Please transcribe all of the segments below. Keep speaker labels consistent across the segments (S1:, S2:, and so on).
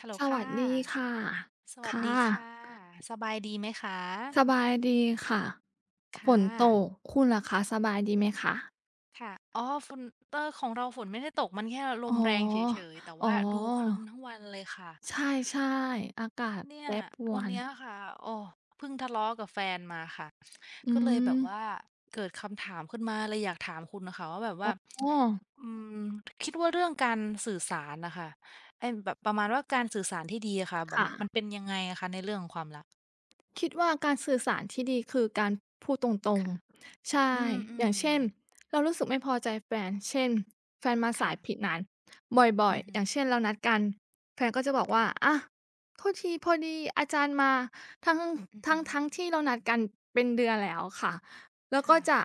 S1: ฮัลโหล
S2: ส
S1: ค่ะ
S2: วัสดีค่ะ
S1: สวัส
S2: ค่ะ
S1: ดีค่ะ สบายดีไหมคะ
S2: สบายดีค่ะฝน
S1: ค่ะ
S2: ตกคุณล่ะคะสบายดีไหมคะ
S1: ค่ะอ๋อฝนเออของเราฝนไม่ได้ตก มันแค่ล
S2: อ๋อ
S1: มแรงเฉยๆ แต่
S2: อ๋
S1: ว่าดูครึ้ม
S2: อ
S1: ทั้งวันเลยค่ะ
S2: ใช่ๆอากาศ
S1: เนี่
S2: แป
S1: ย
S2: รปรว
S1: วัน
S2: น
S1: เนี้ยค่ะโอ้เพิ่งทะเลาะกับแฟนมาค่ะ
S2: อื
S1: ก็เลยแบ
S2: ม
S1: บว่า เกิดคำถามขึ้นมาเลยอยากถามคุณน่ะค่ะว่าแบบว่า
S2: อ๋อ
S1: อืม คิดว่าเรื่องการสื่อสารน่ะค่ะไอ้แบบประมาณว่าการสื่อสารที่ดีอะค่ะแบบ
S2: ค่ะ
S1: มันเป็นยังไงอะคะในเรื่องของความรัก
S2: คิดว่าการสื่อสารที่ดีคือการพูดตรง
S1: ค่ะ
S2: ๆใช่
S1: อืมอื
S2: อย่าง
S1: ม
S2: เช่นเรารู้สึกไม่พอใจแฟนเช่นแฟนมาสา
S1: ค่ะ
S2: ยผิดนัดบ่อ
S1: อื
S2: ย
S1: อ
S2: ๆ
S1: ฮึ
S2: อย่างเช่นเรานัดกันแฟนก็จะบอกว่า
S1: ค่ะ
S2: อะโทษทีพอดีอาจารย์มาทั้ง
S1: อือฮึ
S2: ทั้งที่เรานัดกันเป็นเดือนแล้วค่ะแล้วก็
S1: ค่ะ
S2: จะ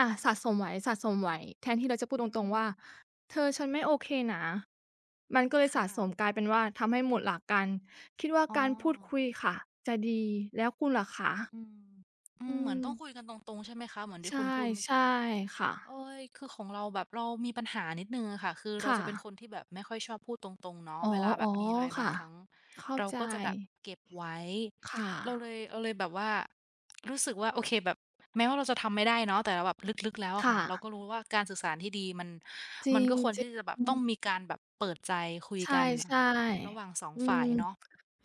S2: อะสะสมไว้สะสมไว้แทนที่เราจะพูดต
S1: อื
S2: รงๆ
S1: ม
S2: ว่าเธอฉันไม่โอเคนะมันก็เล
S1: ค
S2: ยสะสมก
S1: ่ะ
S2: ลายเป็นว่าทำให้หมดหลักกัน คิดว่า
S1: อ๋อ
S2: การพูดคุยค่ะจะดีแล้วคุณล่ะคะ
S1: อืมอืม
S2: อื
S1: เหมือน
S2: ม
S1: ต้องคุยกันตรงๆใช่ไหมคะเหมือนที่
S2: ใช่
S1: คุณพูดเมื่อ
S2: ใช่
S1: กี้
S2: ค่ะ
S1: เอ๊ยคือของเราแบบเรามีปัญหานิดหนึ่งอะค่ะคือเรา
S2: ค่ะ
S1: จะเป็นคนที่แบบไม่ค่อยชอบพูดตรงๆเนาะ
S2: อ๋อ
S1: เวลาแบ
S2: อ๋
S1: บ
S2: อ
S1: มีอะไรบาง
S2: ค่ะ
S1: ครั้ง
S2: เข้า
S1: เรา
S2: ใจ
S1: ก็จะแบบเก็บไว้
S2: ค่ะ
S1: เราเลยแบบว่ารู้สึกว่าโอเคแบบแม้ว่าเราจะทำไม่ได้เนาะแต่เราแบบลึกๆแล้วอะ
S2: ค่ะ
S1: ค่ะเราก็รู้ว่าการสื่อสารที่ดีมัน
S2: จ
S1: มั
S2: ริ
S1: น
S2: ง
S1: ก็ควร
S2: จริ
S1: ที่
S2: ง
S1: จะแบบต้องมีการแบบเปิดใจคุย
S2: ใช
S1: กันอะ
S2: ่
S1: ค่ะระหว่างสอง
S2: ๆอื
S1: ฝ่า
S2: ม
S1: ยเนาะ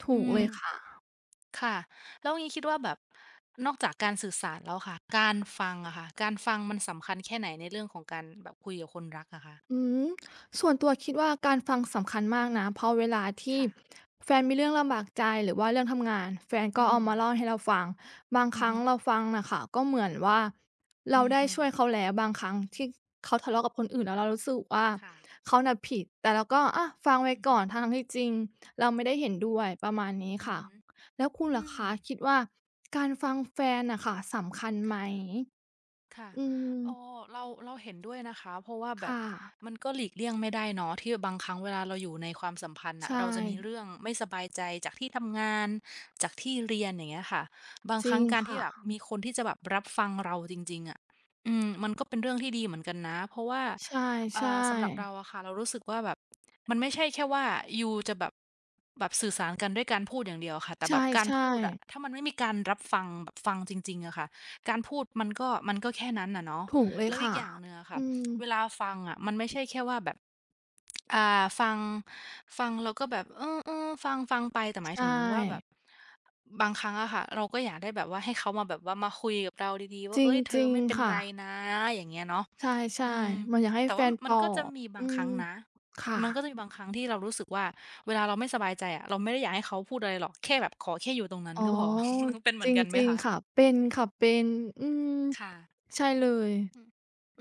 S2: ถู
S1: อื
S2: กเล
S1: ม
S2: ยค่ะ
S1: ค่ะแล้วงี้คิดว่าแบบนอกจากการสื่อสารแล้วค่ะ การฟังอะค่ะการฟังมันสำคัญแค่ไหนในเรื่องของการแบบคุยกับคนรักอะคะ
S2: อืมส่วนตัวคิดว่าการฟังสำคัญมากนะเพราะเวลาที่
S1: ค่ะ
S2: แฟนมีเรื่องลำบากใจหรือว่าเรื่องทำงานแฟนก็
S1: อื
S2: เอา
S1: ม
S2: มาเล่าให้เราฟังบางค
S1: อือ
S2: รั้ง
S1: ฮึ
S2: เราฟังน่ะค่ะก็เหมือนว่า
S1: อื
S2: เราได้
S1: ม
S2: ช่วยเขา
S1: ๆ
S2: แล้วบางครั้งที่เขาทะเลาะกับคนอื่นแล้วเรารู้สึกว่า
S1: ค่ะ
S2: เขาน่ะผิดแต่เราก็อะฟังไว้
S1: อือ
S2: ก่
S1: ฮึ
S2: อนทั้งๆที่จริงเราไม่ได้เห็นด้วยประ
S1: อื
S2: มาณ
S1: ม
S2: นี้
S1: อือ
S2: ค่ะ
S1: ฮึ
S2: แล้วคุณ
S1: อื
S2: ล่ะ
S1: ม
S2: คะคิดว่าการฟังแฟนน่ะค่ะสำคัญ
S1: ค
S2: ไหม
S1: ่ะ ค่ะ
S2: อืม
S1: เออเราเราเห็นด้วยนะคะเพราะว่า
S2: ค
S1: แบบ
S2: ่ะ
S1: มันก็หลีกเลี่ยงไม่ได้เนาะที่บางครั้งเวลาเราอยู่ในความสัมพันธ์น่ะ
S2: ใช่
S1: เราจะมีเรื่องไม่สบายใจจากที่ทำงานจากที่เรียนอย่างเงี้ยค่ะบาง
S2: จ
S1: ค
S2: ริ
S1: รั้ง
S2: ง
S1: การที่
S2: ค่ะ
S1: แบบมีคนที่จะแบบรับฟังเราจริงๆอะอืมมันก็เป็นเรื่องที่ดีเหมือนกันนะเพราะว่า
S2: ใช่
S1: สำหรับเรา
S2: ๆ
S1: อะค่ะเรารู้สึกว่าแบบมันไม่ใช่แค่ว่ายูจะแบบแบบสื่อสารกันด้วยการพูดอย่างเดียวอะค่ะแต่
S2: ใช
S1: แบบการ
S2: ่
S1: พูดอะ
S2: ๆ
S1: ถ้ามันไม่มีการรับฟังแบบฟังจริงๆอะค่ะ การพูดมันก็แค่นั้นน่ะเนาะ
S2: ถูกเลย
S1: แล้วอีก
S2: ค่ะ
S1: อย่างหนึ่งอะค่ะ
S2: อืม
S1: เวลาฟังอะมันไม่ใช่แค่ว่าแบบอ่าฟังฟังแล้วก็แบบเออๆฟังฟังไปแต่หมาย
S2: ใช่
S1: ถึงว่าแบบบางครั้งอะค่ะเราก็อยากได้แบบว่าให้เขามาแบบว่ามาคุยกับเราดีๆ
S2: จ
S1: ว่าเฮ้ยเธอ
S2: ริง
S1: ไม่เป็
S2: ๆ
S1: น
S2: ค่ะ
S1: ไรนะอย่างเงี้ยเนาะ
S2: ใช่
S1: อืม
S2: ๆเหมือนอยากให้
S1: แต่
S2: แฟ
S1: ว่า
S2: นป
S1: มัน
S2: ลอ
S1: ก็จะ
S2: บ
S1: มีบา
S2: อื
S1: งค
S2: ม
S1: รั้งนะ
S2: ค่ะ
S1: มันก็จะมีบางครั้งที่เรารู้สึกว่าเวลาเราไม่สบายใจอะเราไม่ได้อยากให้เขาพูดอะไรหรอกแค่แบบขอแค่อยู่ตรงนั้น
S2: อ๋อ
S1: ก็พอ เป็นเห
S2: จ
S1: มือนกันไหม
S2: ริง
S1: คะ
S2: ๆค่ะเป็นค่ะเป็นอืม
S1: ค่ะ
S2: ใช่เลย
S1: อืม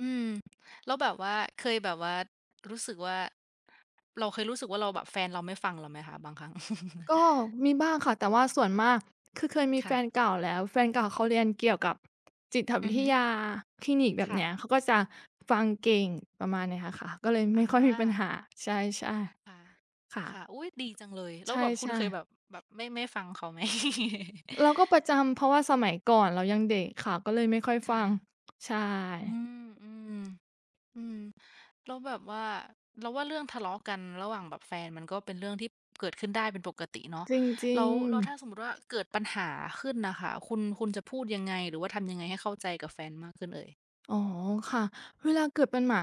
S1: อืมแล้วแบบว่าเคยแบบว่ารู้สึกว่าเราเคยรู้สึกว่าเราแบบแฟนเราไม่ฟังเราไหมคะบางครั้ง
S2: ก็ มีบ้างค่ะแต่ว่าส่วนมากคือเคยมีแฟน
S1: ค่ะ
S2: เก่าแล้วแฟนเก่าเขาเรียนเกี่ยวกับจิต
S1: อื
S2: วิ
S1: อ
S2: ท
S1: ฮึ
S2: ยาคลินิกแบบ
S1: ค่ะ
S2: เนี้ยเขาก็จะฟังเก่งประมาณเนี้ยค่ะก็เลย
S1: อ
S2: ไม่ค่อยมีปัญ
S1: า
S2: หาใช่
S1: ค่ะ
S2: ๆ
S1: ค่ะอุ๊
S2: ค่ะ
S1: ยดีจังเลย
S2: ใ
S1: แล้วแบบคุณ
S2: ช่
S1: เคยแบบแบบไม่ฟังเขาไหม
S2: ๆเราก็ประจำเพราะว่าสมัยก่อนเรายังเด็กค่ะก็เลยไม่ค่อยฟั
S1: ค่ะ
S2: งใช่
S1: อืมอืมอืม แล้วแบบว่าเราว่าเรื่องทะเลาะกันระหว่างแบบแฟนมันก็เป็นเรื่องที่เกิดขึ้นได้เป็นปกติเนาะ
S2: จริ
S1: แล้ว
S2: ง
S1: แล้วถ้าสม
S2: ๆ
S1: มุติว่าเกิดปัญหาขึ้นน่ะค่ะคุณจะพูดยังไงหรือว่าทำยังไงให้เข้าใจกับแฟนมากขึ้นเอ่ย
S2: อ๋อค่ะเวลาเกิดปัญหา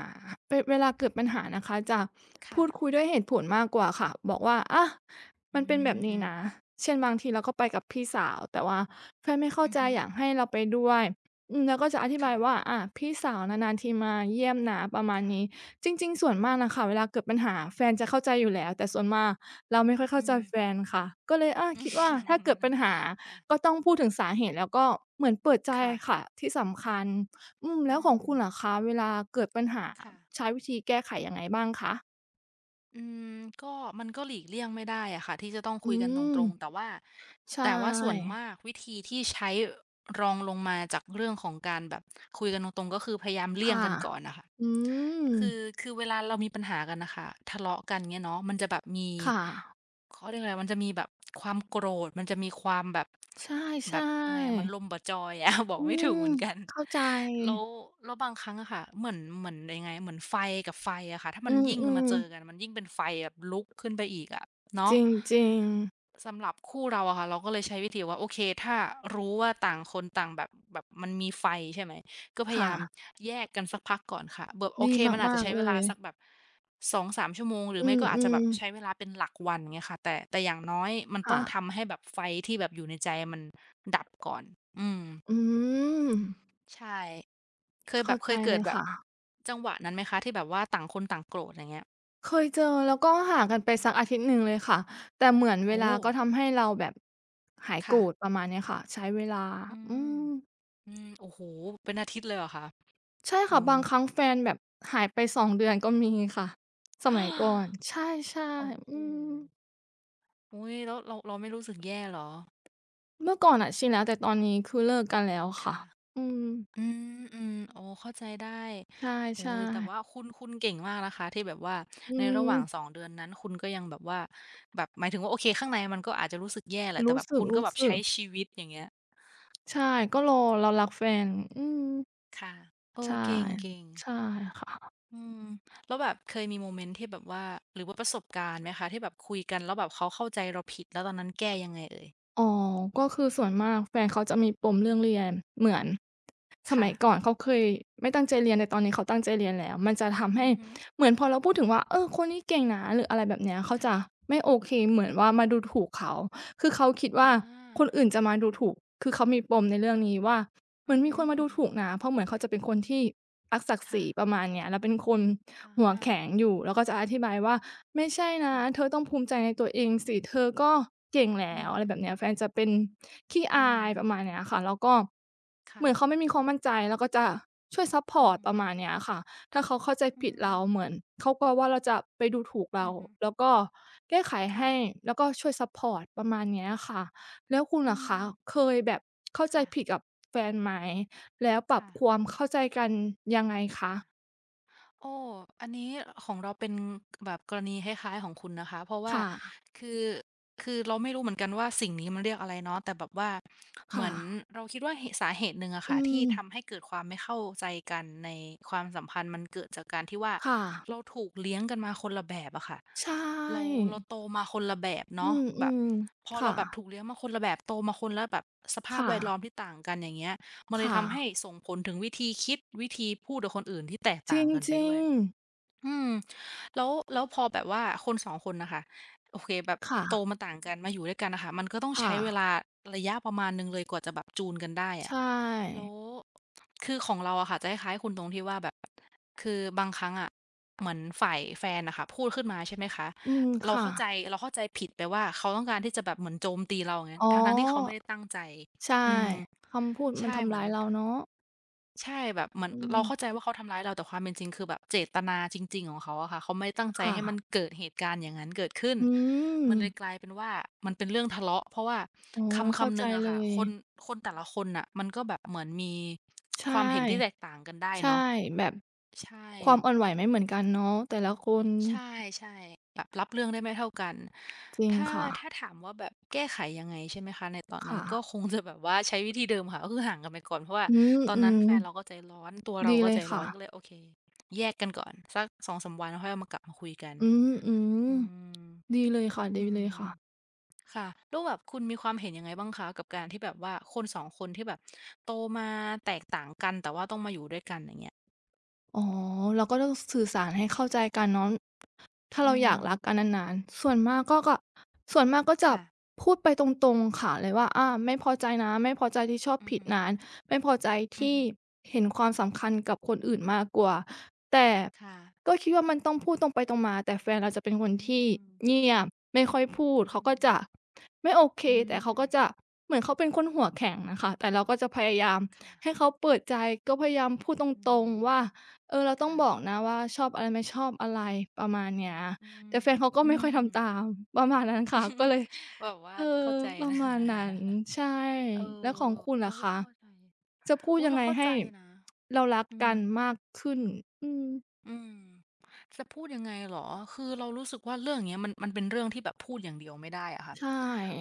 S2: เวลาเกิดปัญหานะคะจะพูดคุ
S1: ค่ะ
S2: ยด้วยเหตุผลมากกว่าค่ะบอกว่าอะ
S1: อื
S2: มันเป็นแบบ
S1: มอื
S2: นี้
S1: ม
S2: นะเช่นบางทีเราก็ไปกับพี่สาวแต่ว่าแฟนไม่เข้า
S1: อือ
S2: ใจ
S1: ฮึ
S2: อยากให้เราไปด้วยอืมแล้วก็จะอธิบาย
S1: ค่ะ
S2: ว่าอะพี่สาวนานๆทีมาเยี่ยมนะประมาณนี้
S1: ค่ะ
S2: จริงๆส่วนมากนะคะเวลาเกิดปัญหาแฟนจะเข้าใจอยู่แล้วแต่ส่วนมากเรา
S1: อ
S2: ไม่ค่อยเข้า
S1: ื
S2: ใจ
S1: ม
S2: แฟ
S1: ๆ
S2: นค่ะก็เลยอะคิดว่าถ้าเกิดปัญ หา
S1: ค่ะ
S2: ก็ต้องพูดถึงสาเหตุแล้วก็เหมือนเปิดใจ
S1: ค่ะ
S2: ค่ะที่สำคัญ อืมแล้
S1: อื
S2: วขอ
S1: ม
S2: งคุณล่ะคะเวลาเกิดปัญหา
S1: ค่ะ
S2: ใช้วิธีแก้ไขยังไงบ้างคะ
S1: อืมก็มันก็หลีกเลี่ยงไม่ได้อะค่ะที่จะต้องคุ
S2: อื
S1: ยกันต
S2: ม
S1: รงๆแต่ว่า
S2: ใช
S1: แต่ว่าส่วน
S2: ่
S1: มากวิธีที่ใช้รองลงมาจากเรื่องของการแบบคุยกันตรงๆก็คือพยายามเลี่ยง
S2: ค่ะ
S1: กันก่อนน่ะค่ะ
S2: อืม
S1: คือเวลาเรามีปัญหากันน่ะค่ะทะเลาะกันเงี้ยเนาะมันจะแบบมี
S2: ค่ะ
S1: เขาเรียกอะไรมันจะมีแบบความโกรธมันจะมีความแบบ
S2: ใช
S1: แบบยังไงอะมัน
S2: ่
S1: ลมบ่จอยอะ บอ
S2: ๆอื
S1: กไม่ถูก
S2: ม
S1: เหมือนกัน
S2: เข้าใจ
S1: แล้วแล้วบางครั้งอะค่ะเหมือนเหมือนยังไงเหมือนไฟกับไฟอะค่ะถ้า
S2: อื
S1: มันยิ่งมา
S2: ม
S1: เจอกั
S2: ๆ
S1: นมันยิ่งเป็นไฟแบบลุกขึ้นไปอีกอะ
S2: จ
S1: เนาะ
S2: ริงๆ
S1: สำหรับคู่เราอะค่ะเราก็เลยใช้วิธีว่าโอเคถ้ารู้ว่าต่างคนต่างแบบมันมีไฟใช่ไหมก็พยายาม
S2: ค่ะ
S1: แยกกันสักพักก่อนค่ะแบบโอ
S2: ดี
S1: เคมันอาจ
S2: มา
S1: จะ
S2: ก
S1: ใช้
S2: ๆ
S1: เว
S2: เล
S1: ลา
S2: ย
S1: สักแบบ2-3ชั่วโมงหรือ
S2: อื
S1: ไม่ก็อาจจะแบ
S2: ม
S1: บ
S2: ๆ
S1: ใช้เวลาเป็นหลักวันเงี้ยค่ะแต่อย่างน้อยมันต้อ
S2: ค่ะ
S1: งทำให้แบบไฟที่แบบอยู่ในใจมันดับก่อนอืม
S2: อืม
S1: ใช่เคยแบ
S2: เข้า
S1: บเค
S2: ใจ
S1: ยเกิ
S2: เล
S1: ด
S2: ย
S1: แบบ
S2: ค่ะ
S1: จังหวะนั้นไหมคะที่แบบว่าต่างคนต่างโกรธอย่างเงี้ย
S2: เคยเจอแล้วก็ห่างกันไปสักอาทิตย์หนึ่งเลยค่ะแต่เหมือนเว
S1: โอ้
S2: ลาก็ทำให้เราแบบหายโกรธป
S1: ค่ะ
S2: ระมาณเนี้ยค่ะใช้เวลา
S1: อื
S2: อื
S1: ม
S2: ม
S1: อืมโอ้โฮเป็นอาทิตย์เลยเหรอคะ
S2: ใช่
S1: อ๋อ
S2: ค่ะบางครั้งแฟนแบบหายไป2เดือนก็มีค่ะสมัยก่อนใช่
S1: โอ้
S2: ๆ
S1: โห
S2: อืม
S1: อุ๊ยแล้วเราไม่รู้สึกแย่เหรอ
S2: เมื่อก่อนอะชินแล้วแต่ตอนนี้คือเลิกกันแล้วค่ะ
S1: ค่ะ
S2: อืม
S1: อืมๆอ๋อเข้าใจได้
S2: ใช
S1: โอ้โฮ
S2: ่
S1: แต่ว่า
S2: ๆ
S1: คุณเก่งมากนะคะที่แบบว่า
S2: อื
S1: ในระหว่างสอง
S2: ม
S1: เดือนนั้นคุณก็ยังแบบว่าแบบหมายถึงว่าโอเคข้างในมันก็อาจจะรู้สึกแย่แหละแต่
S2: รู้
S1: แบบ
S2: สึ
S1: คุ
S2: ก
S1: ณก็
S2: รู้
S1: แบบ
S2: สึ
S1: ใช้
S2: ก
S1: ชีวิตอย่างเงี้ย
S2: ใช่ก็รอเรารักแฟนอืม
S1: ค่ะเออ
S2: ใช่
S1: เก่งเก่ง
S2: ใช่ค่ะ
S1: อืมแล้วแบบเคยมีโมเมนต์ที่แบบว่าหรือว่าประสบการณ์ไหมคะที่แบบคุยกันแล้วแบบเขาเข้าใจเราผิดแล้วตอนนั้นแก้ยังไงเอ่ย
S2: อ๋อก็คือส่วนมากแฟนเขาจะมีปมเรื่องเรียนเหมือนสมัยก่อน
S1: ค่ะ
S2: เขาเคยไม่ตั้งใจเรียนแต่ตอนนี้เขาตั้งใจเรียนแล้วมันจะทำ
S1: อื
S2: ให้
S1: อฮึ
S2: เหมือนพอเราพูดถึงว่าเออคนนี้เก่งนะหรืออะไรแบบเนี้ยเขาจะ
S1: ค่ะ
S2: ไม่โอเคเหมือนว่ามาดูถูกเขาคือเขาคิดว่า
S1: อา
S2: คนอื่นจะมาดูถูกคือเขามีปมในเรื่องนี้ว่าเหมื
S1: อื
S2: อน
S1: อ
S2: มี
S1: ฮึ
S2: คนมา
S1: อือ
S2: ดู
S1: ฮึ
S2: ถูกนะเพราะเหมือนเขาจะเป็นคนที่รักศักดิ์ศรีป
S1: ค่ะ
S2: ระมาณเนี้ยแล้วเป็นคน
S1: อา
S2: หัวแข็งอยู่แล้วก็จะอธิบายว่า ไม่ใช่นะเธอ
S1: ค่ะ
S2: ต้องภูมิใจในตัวเองสิเธอก็เก่งแล้
S1: อื
S2: วอะไรแบ
S1: ม
S2: บเนี้ยแฟ
S1: ๆ
S2: นจะเป็นขี้
S1: อื
S2: อา
S1: ม
S2: ยประมาณเนี้ยค่ะแล้วก็เหมือนเขาไม่
S1: ค่ะ
S2: มีความมั่นใจแล้วก็จะช่วยซัปพ
S1: อื
S2: อร์ต
S1: ม
S2: ประมาณเนี้ยค่ะถ้าเขาเข้าใจ
S1: อื
S2: ผิด
S1: ม
S2: เราเหมือนเขากลัวว่าเราจะไปดูถูกเรา
S1: อือฮึ
S2: แล้วก็แก้ไข
S1: ค่ะ
S2: ให้แล้วก็ช่วยซัปพอร์ตประมาณเนี้ยค่ะแล้วคุณ
S1: อื
S2: ล่ะคะ
S1: ม
S2: เคยแบบเข้าใจผิด
S1: ค่ะ
S2: กับแฟนไหมแล้วปรับควา
S1: ค่ะ
S2: มเข้าใจกันยังไงคะ
S1: ค่ะ โอ้อันนี้ของเราเป็นแบบกรณีคล้ายๆของคุณนะคะ เพราะว่า
S2: ค่ะ
S1: คือคือเราไม่รู้เหมือนกันว่าสิ่งนี้มันเรียกอะไรเนาะแต่แบบว่าเหมื
S2: ค่ะ
S1: อนเราคิดว่าเหตุสาเหตุหนึ่งอะค่ะ
S2: อื
S1: ที่
S2: ม
S1: ทำให้เกิดความไม่เข้าใจกันในความสัมพันธ์มันเกิดจากการที่ว่า
S2: ค่ะ
S1: เราถูกเลี้ยงกันมาคนละแบบอะค่ะ
S2: ใช
S1: เรา
S2: ่
S1: เราโตมาคนละแบบ
S2: อื
S1: เนาะแบบ
S2: ม
S1: พอ
S2: ๆ
S1: เรา
S2: ค่ะ
S1: แบบถูกเลี้ยงมาคนละแบบโตมาคนละแบบสภาพ
S2: ค่ะ
S1: แวดล้อมที่ต่างกันอย่างเงี้ย มันเลย
S2: ค่ะ
S1: ทำให้ส่งผลถึงวิธีคิดวิธีพูดกับคนอื่นที่แตก
S2: จร
S1: ต่างกันไป
S2: ิ
S1: ด้ว
S2: ง
S1: ย
S2: ๆ
S1: อืมแล้วพอแบบว่าคนสองคนน่ะค่ะโอเคแบบ
S2: ค่ะ
S1: โตมาต่างกันมาอยู่ด้วยกันน่ะค่ะมันก็ต้อง
S2: ค่ะ
S1: ใช้เวลาระยะประมาณหนึ่งเลยกว่าจะแบบจูนกันได้
S2: ใช
S1: อะแล้
S2: ่
S1: วคือของเราอะค่ะจะคล้ายๆคุณตรงที่ว่าแบบคือบางครั้งอะเหมือนฝ่ายแฟนน่ะค่ะพูดขึ้นมาใช่ไหมคะ
S2: อืม
S1: เรา
S2: ค่ะ
S1: เข้าใจเราเข้าใจผิดไปว่าเขาต้องการที่จะแบบเหมือนโจมตีเราอย่างงั้น
S2: อ๋อ
S1: ทั้งๆที่เขาไม่ได้ตั้งใจ
S2: ใช่
S1: อืม
S2: คำพูดมั
S1: ใช่
S2: น
S1: เห
S2: ทำ
S1: มือ
S2: ร้า
S1: น
S2: ยเราเนาะ
S1: ใช่แบบเหมือน
S2: อื
S1: เรา
S2: ม
S1: เข้าใจว่าเขาทำร้ายเราแต่ความเป็นจริงคือแบบเจตนาจริงๆของเขาอะค่ะเขาไม่ได้ตั้งใจ
S2: ค่ะ
S1: ให้มันเกิดเหตุการณ์อย่างนั้นเกิดขึ้น
S2: อืม
S1: มันเลยกลายเป็นว่ามันเป็นเรื่องทะเลาะเพราะว่า
S2: โอ๊ย
S1: คำ
S2: เข้า
S1: คำห
S2: ใจ
S1: นึ่งอะ
S2: เล
S1: ค่ะ
S2: ย
S1: คนคนแต่ละคนน่ะมันก็แบบเหมือนมี
S2: ใช
S1: ความเห็นที่แตก
S2: ่
S1: ต่างกันได้
S2: ใช่
S1: เนาะ
S2: แบบ
S1: ใช่
S2: ความอ่อนไหวไม่เหมือนกันเนาะ แต่ละคน
S1: ใช่ๆแบบรับเรื่องได้ไม่เท่ากัน
S2: จริง
S1: ถ้า
S2: ค่ะ
S1: ถ้าถามว่าแบบแก้ไขยังไงใช่ไหมคะในตอนนั้น
S2: ค่ะ
S1: ก็คงจะแบบว่าใช้วิธีเดิมค่ะก็คือห่างกันไปก่อนเพราะว่า
S2: อื
S1: ตอนนั้น
S2: ม
S1: แฟนเราก็ใจร้อนตัว
S2: ๆ
S1: เรา
S2: ดี
S1: ก็
S2: เล
S1: ใจ
S2: ย
S1: ร้อ
S2: ค่ะ
S1: นก็เลยโอเคแยกกันก่อนสักสองสามวันแล้วค่อยเอามากลับมาคุยกัน
S2: อืม
S1: อืม
S2: ๆดีเลยค
S1: อืม
S2: ่ะๆ
S1: ค่ะแล้วแบบคุณมีความเห็นยังไงบ้างคะกับการที่แบบว่าคนสองคนที่แบบโตมาแตกต่างกันแต่ว่าต้องมาอยู่ด้วยกันอย่างเงี้ย
S2: อ๋อเราก็ต้องสื่อสารให้เข้าใจกันเนาะถ้า
S1: อื
S2: เราอยาก
S1: ม
S2: รักกันนานๆส่วนมากก็ส่วนมากก็จะ
S1: ค่ะ
S2: พูดไปตรงๆค่ะเลยว่าอาไม่พอใจนะไม่พอใจที่ชอบ
S1: อือ
S2: ผิด
S1: ฮึ
S2: นานไม่พอใจ
S1: อือ
S2: ที่
S1: ฮึ
S2: เห็นความสำคัญกับคนอื่นมากกว่าแต่
S1: ค่ะ
S2: ก็คิดว่ามันต้องพูดตรงไปตรงมาแต่แฟนเราจะเป็นคน
S1: อื
S2: ที่
S1: มๆ
S2: เงียบไม่ค่อยพูด
S1: อื
S2: เขาก็
S1: ม
S2: จะไม่โอเค
S1: อื
S2: แต่เขา
S1: ม
S2: ก็จะเหมือนเขาเป็นคนหัวแข็งน่ะค่ะแต่เราก็จะพยายามให้
S1: ค่ะ
S2: เขาเปิดใจก็พยายามพูดต
S1: อื
S2: รง
S1: ม
S2: ๆว่า เออเราต้อง
S1: ค่ะ
S2: บอกนะว่าชอบอะไรไม่ชอบอะไรประมาณเนี้ย
S1: อื
S2: แต่
S1: ม
S2: แฟนเขาก็
S1: อื
S2: ไม่ค่อย
S1: ม
S2: ทำตาม ประมาณนั้นค่ะก็เลย
S1: แบบว่า
S2: เออ
S1: เข้าใจ
S2: ประ
S1: นะ
S2: มาณนั้น ใช่
S1: เอ
S2: แล้วขอ
S1: อ
S2: งคุณ
S1: โอ้
S2: ล่ะ
S1: ย
S2: คะ
S1: เข้าใจ
S2: จะพูด
S1: อุ้ย
S2: ยัง
S1: เรา
S2: ไง
S1: เข้า
S2: ให้
S1: ใจนะ
S2: เรารัก
S1: อื
S2: กั
S1: ม
S2: นมากขึ้นอืม
S1: อืมจะพูดยังไงเหรอคือเรารู้สึกว่าเรื่องนเนี้ยมันเป็นเรื่องที่แบบพูดอย่างเดียวไม่ได้อะค่ะ
S2: ใช่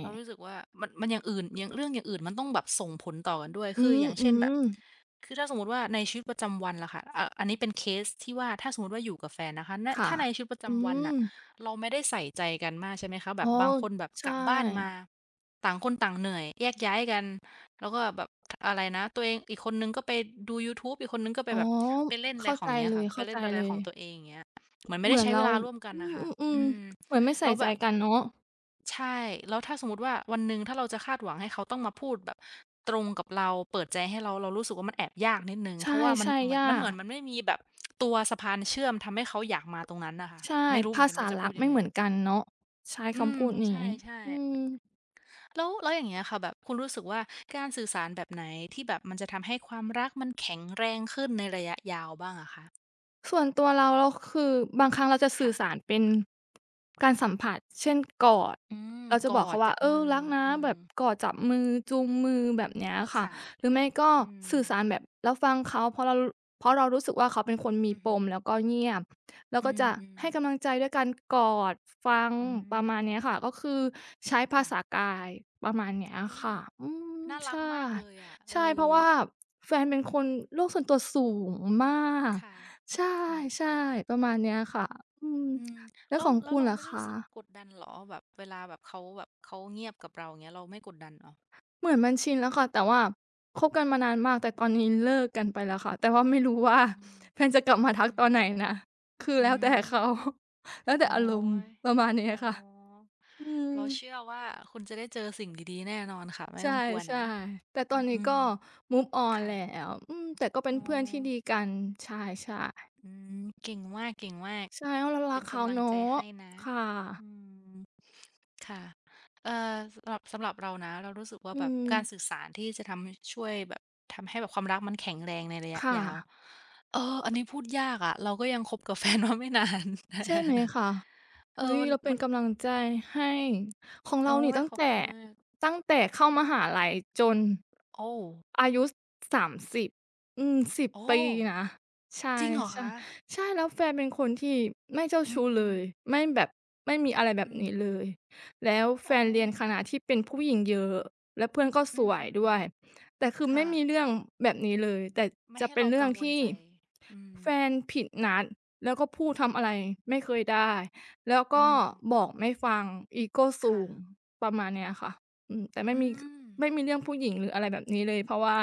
S1: เรารู้สึกว่ามันอย่างอื่นอย่างเรื่องอย่างอื่นมันต้องแบบส่งผลต่อกันด้วย
S2: อื
S1: คืออย่างเช่นแบบ
S2: มๆ
S1: คือถ้าสมมติว่าในชีวิตประจำวันล่ะค่ะอ่ะอันนี้เป็นเคสที่ว่าถ้าสมมติว่าอยู่กับแฟนนะคะณ
S2: ค่ะ
S1: ถ้าในชีวิตประ
S2: อื
S1: จำวัน
S2: ม
S1: น่ะเราไม่ได้ใส่ใจกันมากใช่ไหมคะแบ
S2: อ๋อ
S1: บบางคนแบบ
S2: ใช
S1: กลับบ้านมา
S2: ่
S1: ต่างคนต่างเหนื่อยแยกย้ายกัน แล้วก็แบบอะไรนะตัวเองอีกคนหนึ่งก็ไปดูยูทูบอีกคนหนึ่งก็ไป
S2: อ๋อ
S1: แบบไปเล่นอะไร
S2: เข้า
S1: ของ
S2: ใจ
S1: เงี้ย
S2: เล
S1: ค่ะ
S2: ย
S1: ไปเล่นอะ
S2: ๆ
S1: ไร
S2: เล
S1: ของตัว
S2: ย
S1: เองอย่างเงี้ยเหมือนไม่
S2: เห
S1: ได้
S2: มือน
S1: ใช้เว
S2: เรา
S1: ลาร่วมกันน่ะค่ะ
S2: อืม
S1: อืม
S2: ๆๆเหมือนไม่
S1: แล้
S2: ใส่
S1: ว
S2: ใจ
S1: แบบ
S2: กันเนาะ
S1: ใช่แล้วถ้าสมมุติว่าวันหนึ่งถ้าเราจะคาดหวังให้เขาต้องมาพูดแบบตรงกับเราเปิดใจให้เราเรารู้สึกว่ามันแอบยากนิดหนึ่ง
S2: ใช
S1: เพราะว่ามัน
S2: ่
S1: มั
S2: ๆ
S1: นมั
S2: ยา
S1: นเห
S2: ก
S1: มือนมันไม่มีแบบตัวสะพานเชื่อมทำให้เขาอยากมาตรงนั้นน่ะค่ะ
S2: ใช่
S1: ไม่รู้เหมือ
S2: ภา
S1: นกัน
S2: ษา
S1: ว่าจะพู
S2: รั
S1: ด
S2: ก
S1: ยั
S2: ไม่
S1: งไง
S2: เหมือนกันเนาะใช้
S1: อืม
S2: คำพูด
S1: พใช
S2: นี้
S1: ่
S2: อื
S1: ๆ
S2: ม
S1: แล้วอย่างเงี้ยค่ะแบบคุณรู้สึกว่าการสื่อสารแบบไหน ที่แบบมันจะทำให้ความรักมันแข็งแรงขึ้นในระยะยาวบ้างอะคะ
S2: ส่วนตัวเราคือบางครั้งเราจะสื่อสาร
S1: ค่ะ
S2: เป็นการสัมผัสเช่นกอด
S1: อืม
S2: เราจะ
S1: ก
S2: บอ
S1: อ
S2: ก
S1: ด
S2: เขาว่า
S1: จับ
S2: เออ
S1: มือ
S2: รักนะ
S1: อื
S2: แบ
S1: ม
S2: บกอดจับมือจูงมือแบบเนี้ยค่ะ
S1: ค่ะ
S2: หรือไม่ก็
S1: อืม
S2: สื่อสารแบบรับฟังเขาเพราะเรารู้สึกว่าเขาเป็นคนมี
S1: อือ
S2: ป
S1: ฮึ
S2: มแล้วก็เงียบเรา
S1: อื
S2: ก็จะ
S1: ม
S2: ให้กำลัง
S1: ๆ
S2: ใจด้วยการกอดฟัง
S1: อื
S2: ประมาณ
S1: ม
S2: เนี้ยค่ะก็คือใช้ภาษา
S1: ค่ะ
S2: กายประมาณเนี้ย
S1: อุ๊ย
S2: ค่ะอืม
S1: น่ารั
S2: ใช่
S1: กมากเลยอะเอ
S2: ใช่เพ
S1: อ
S2: ราะว่าแฟนเป็นคนโลกส่วนตัวสูงมาก
S1: ค่ะ
S2: ใช
S1: ค่ะ
S2: ่ๆประมาณเนี้ยค่ะอืม
S1: อืม
S2: แล้ว
S1: แล้
S2: ข
S1: ว
S2: อง
S1: แล้ว
S2: คุณ
S1: เรา
S2: ล่ะ
S1: ไม่
S2: คะ
S1: รู้สึกกดดันเหรอแบบเวลาแบบเขาแบบเขาเงียบกับเราอย่างเงี้ยเราไม่กดดันเหรอ
S2: เหมือนมันชินแล้วค่ะแต่ว่าคบกันมานานมากแต่ตอนนี้เลิกกันไปแล้วค่ะแต่ว่าไม่รู้ว่า
S1: อืม
S2: แฟนจะกลับ
S1: อื
S2: มาทัก
S1: ม
S2: ตอนไหนนะคือ
S1: อื
S2: แล้วแต่
S1: ม
S2: เขา แล้ว
S1: อ๋
S2: แต่
S1: อ
S2: อารมณ์ประมาณเนี้ย
S1: อ๋อ
S2: ค่ะอืม
S1: เราเชื่อว่าคุณจะได้เจอสิ่งดีๆแน่นอนค่ะไม่
S2: ใช
S1: ต้องกลัว
S2: ่
S1: นะ
S2: ๆแต่ตอ
S1: อื
S2: นนี้ก็
S1: ม
S2: move on
S1: ค่ะ
S2: แล้วอืมแต่ก็เป็
S1: อ๋
S2: น
S1: อ
S2: เพื่อนที่ดีกันใช่
S1: อืม เก่งมากเก่งมาก
S2: ๆใช่เรารั
S1: เป็
S2: ก
S1: น
S2: เขา
S1: กำลัง
S2: เนา
S1: ใจ
S2: ะ
S1: ให้นะ
S2: ค่ะ
S1: อืม ค่ะเอ่อสำหรับเรานะเรารู้สึกว่า
S2: อื
S1: แบบ
S2: ม
S1: การสื่อสารที่จะทำให้ช่วยแบบทำให้แบบความรักมันแข็งแรงในระยะ
S2: ค่ะ
S1: ยาวเอออันนี้พูดยากอะเราก็ยังคบกับแฟนมาไม่นาน
S2: ใช่ไหม คะ
S1: เออ
S2: อุ๊ย
S1: มัน
S2: เราเป็น
S1: มัน
S2: กำลังใจให้ของ
S1: โอ๊
S2: เรานี่
S1: ย
S2: ตั้ง
S1: ขอบ
S2: แต่
S1: คุณมาก
S2: ตั้งแต่เข้า
S1: ค่ะ
S2: มหาลัยจน
S1: โอ้
S2: อายุ30อืม10
S1: โอ้
S2: ปีนะใช่
S1: จริงเหรอคะ
S2: ๆใช่แล้วแฟนเป็นคนที่ไม่เจ้า
S1: อื
S2: ชู้เล
S1: ม
S2: ย
S1: ๆ
S2: ไม่แบบไม่มีอะไรแบบ
S1: อืม
S2: นี้เลยแล้วแฟ
S1: อ๋อ
S2: นเรียนคณะที่เป็นผู้หญิงเยอะและเพื่อนก็
S1: อื
S2: สวย
S1: ม
S2: ด้วยแต่คื
S1: ๆ
S2: อไม่
S1: ค่ะ
S2: มีเรื่องแบบนี้เลยแต่
S1: ไม่
S2: จะ
S1: ให้
S2: เป็น
S1: เรา
S2: เรื่
S1: กั
S2: อง
S1: งวล
S2: ที่
S1: ใจ อืม
S2: แฟนผิดนัดแล้วก็พูดทำอะไรไม่เคยได้ แล้ว
S1: อื
S2: ก็
S1: ม
S2: บอกไม่ฟังอีโกสู
S1: ค่ะ
S2: งประมาณเนี้ยค่ะอืมแต่ไม่
S1: อื
S2: มี
S1: ม
S2: ไม่มีเรื่องผู้หญิงหรืออะไรแบบนี้เลยเพราะว่า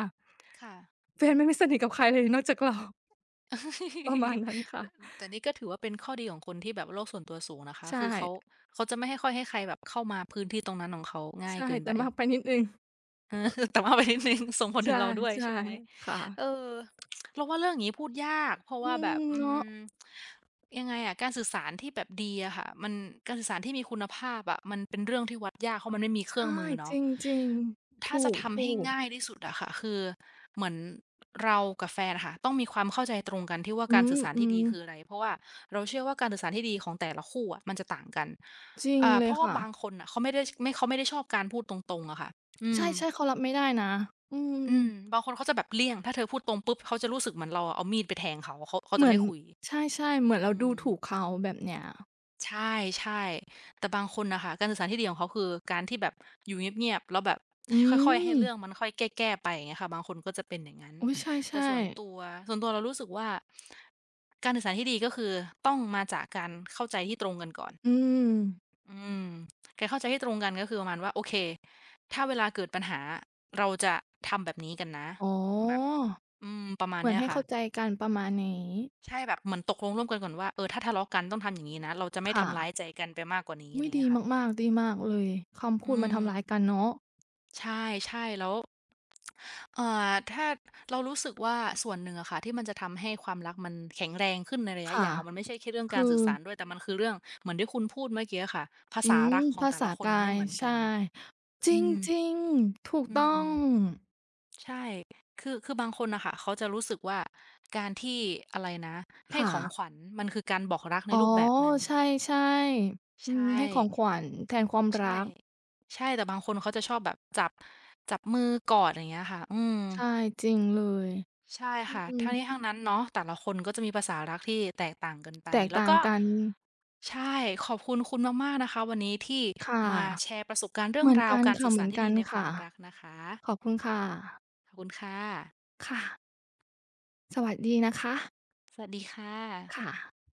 S1: ค่ะ
S2: แฟนไม่สนิทกับใครเลยนอกจากเราประมาณนั้น
S1: เอ่อ
S2: ค่ะ
S1: แต่นี่ก็ถือว่าเป็นข้อดีของคนที่แบบโลกส่วนตัวสูงนะคะ
S2: ใช่
S1: คือเขาจะไม่ให้ค่อยให้ใครแบบเข้ามาพื้นที่ตรงนั้นของเขาง่าย
S2: ใช่
S1: เกิน
S2: แต่
S1: ไป
S2: มากไปนิดหนึ่ง
S1: เออ แต่ว่าไปนิดนึง ส่งผลถึ
S2: ใช่
S1: งเราด้วยใช่ไหม
S2: ๆค
S1: เอ
S2: ่ะ
S1: อเราว่าเรื่องอย่างนี้พูดยากเพราะว่า
S2: อื
S1: แบบ
S2: ม
S1: อื
S2: เนาะ
S1: มยังไงอะการสื่อสารที่แบบดีอะค่ะมันการสื่อสารที่มีคุณภาพอะมันเป็นเรื่องที่วัดยากเพราะมันไม่มีเครื่อง
S2: ใช่
S1: มือ
S2: จ
S1: เนาะ
S2: ริงๆถ
S1: ถ้าจะทำ
S2: ู
S1: ให้
S2: กๆ
S1: ง่ายที่สุดอะค่ะคือเหมือนเรากับแฟนอะค่ะต้องมีความเข้าใจตรงกันที่ว่า
S2: อื
S1: การสื่อสารที่ดี
S2: ม
S1: คืออะไร
S2: ๆ
S1: เพราะว่าเราเชื่อว่าการสื่อสารที่ดีของแต่ละคู่อะมันจะต่างกัน
S2: จริง
S1: อ่า
S2: เล
S1: เพ
S2: ย
S1: ราะว่า
S2: ค่ะ
S1: บางคนอะเขาไม่ได้ชอบการพูดตรงๆอะค่ะอื
S2: ใช
S1: ม
S2: ่ๆเขารับไม่ได้นะอืม
S1: อืมบางคนเขาจะแบบเลี่ยงถ้าเธอพูดตรงปุ๊บเขาจะรู้สึกเหมือนเราอะเอามีดไปแทงเขา
S2: เห
S1: จะ
S2: มือ
S1: ไม่
S2: น
S1: คุย
S2: ใช่ๆเหมือนเรา
S1: อื
S2: ดู
S1: ม
S2: ถูกเขาแบบเนี้ย
S1: ใช่ๆแต่บางคนน่ะค่ะการสื่อสารที่ดีของเขาคือการที่แบบอยู่เงียบๆแล้วแบบ
S2: อื
S1: ค่อยๆให้เรื่อง
S2: ม
S1: มันค่อยแก้ๆไปอย่างเงี้ยค่ะบางคนก็จะเป็นอย่างงั้น
S2: อุ๊ยใ
S1: แต่
S2: ช่
S1: ส่วนตัว
S2: ๆ
S1: ส่วนตัวเรารู้สึกว่าการสื่อสารที่ดีก็คือต้องมาจากการเข้าใจที่ตรงกันก่อน
S2: อืม
S1: อืมแกเข้าใจให้ตรงกันก็คือประมาณว่าโอเคถ้าเวลาเกิดปัญหาเราจะทำแบบนี้กันนะ
S2: อ๋อ
S1: แบบอืมประมาณ
S2: เหมือน
S1: เนี้ย
S2: ให้
S1: ค่ะ
S2: เข้าใจกันประมาณนี้
S1: ใช่แบบเหมือนตกลงร่วมกันก่อนว่าเออถ้าทะเลาะกันต้องทำอย่างนี้นะเราจะไม่
S2: ค่ะ
S1: ทำร้ายใจกันไปมากกว่านี้อะ
S2: อุ๊
S1: ไร
S2: ยดี
S1: เงี้ยค่ะ
S2: มากๆดีมากเลยคำ
S1: อื
S2: พูดมัน
S1: ม
S2: ทำร้ายกันเนาะ
S1: ใช่ใช่แล้วถ้าเรารู้สึกว่าส่วนหนึ่งอะค่ะที่มันจะทำให้ความรักมันแข็งแรงขึ้นในระยะ
S2: ค่ะ
S1: ยาวมันไม่ใช่แค่เรื่องกา
S2: คื
S1: ร
S2: อ
S1: สื่อสารด้วยแต่มันคือเรื่องเหมือนที่คุณพูดเมื่อกี้อะค่ะภา
S2: อื
S1: ษา
S2: ม
S1: รักของ
S2: ภา
S1: แต่ละ
S2: ษา
S1: คน
S2: กา
S1: ไม่
S2: ย
S1: เหมือนกั
S2: ใช่
S1: น
S2: จ
S1: อืม
S2: ริงๆถูก
S1: อื
S2: ต้อง
S1: มใช่คือบางคนน่ะค่ะเขาจะรู้สึกว่าการที่อะไรนะให้
S2: ค่ะ
S1: ของขวัญมันคือการบอกรักใน
S2: อ๋อ
S1: รูปแบบหนึ่ง
S2: ใช่ๆอืม
S1: ใช่
S2: ให้ของขวัญแทนความ
S1: ใช่
S2: รัก
S1: ใช่แต่บางคนเขาจะชอบแบบจับจับมือกอดอย่างเงี้ยค่ะอืม
S2: ใช่จริงเลย
S1: ใช่
S2: อื
S1: ค่ะ
S2: ม
S1: ทั้งนี้ทั้งนั้นเนาะแต่ละคนก็จะมีภาษารักที่แตกต่างกันไป
S2: แตก
S1: แล้ว
S2: ต่าง
S1: ก็
S2: กัน
S1: ใช่ขอบคุณคุณมากๆนะคะวันนี้ที่
S2: ค่ะ
S1: มาแชร์ประสบการณ์เรื่
S2: เห
S1: อง
S2: มือน
S1: ราว
S2: กัน
S1: การ
S2: ค่ะ
S1: สื่อ
S2: เหมื
S1: สา
S2: อ
S1: ร
S2: น
S1: ที่
S2: กั
S1: ดี
S2: น
S1: ในควา
S2: ค่ะ
S1: มรักนะคะ
S2: ขอบคุณค่ะ
S1: ขอบคุณค่ะ
S2: ค่ะ สวัสดีนะคะ
S1: สวัสดีค่
S2: ค
S1: ะ
S2: ่ะ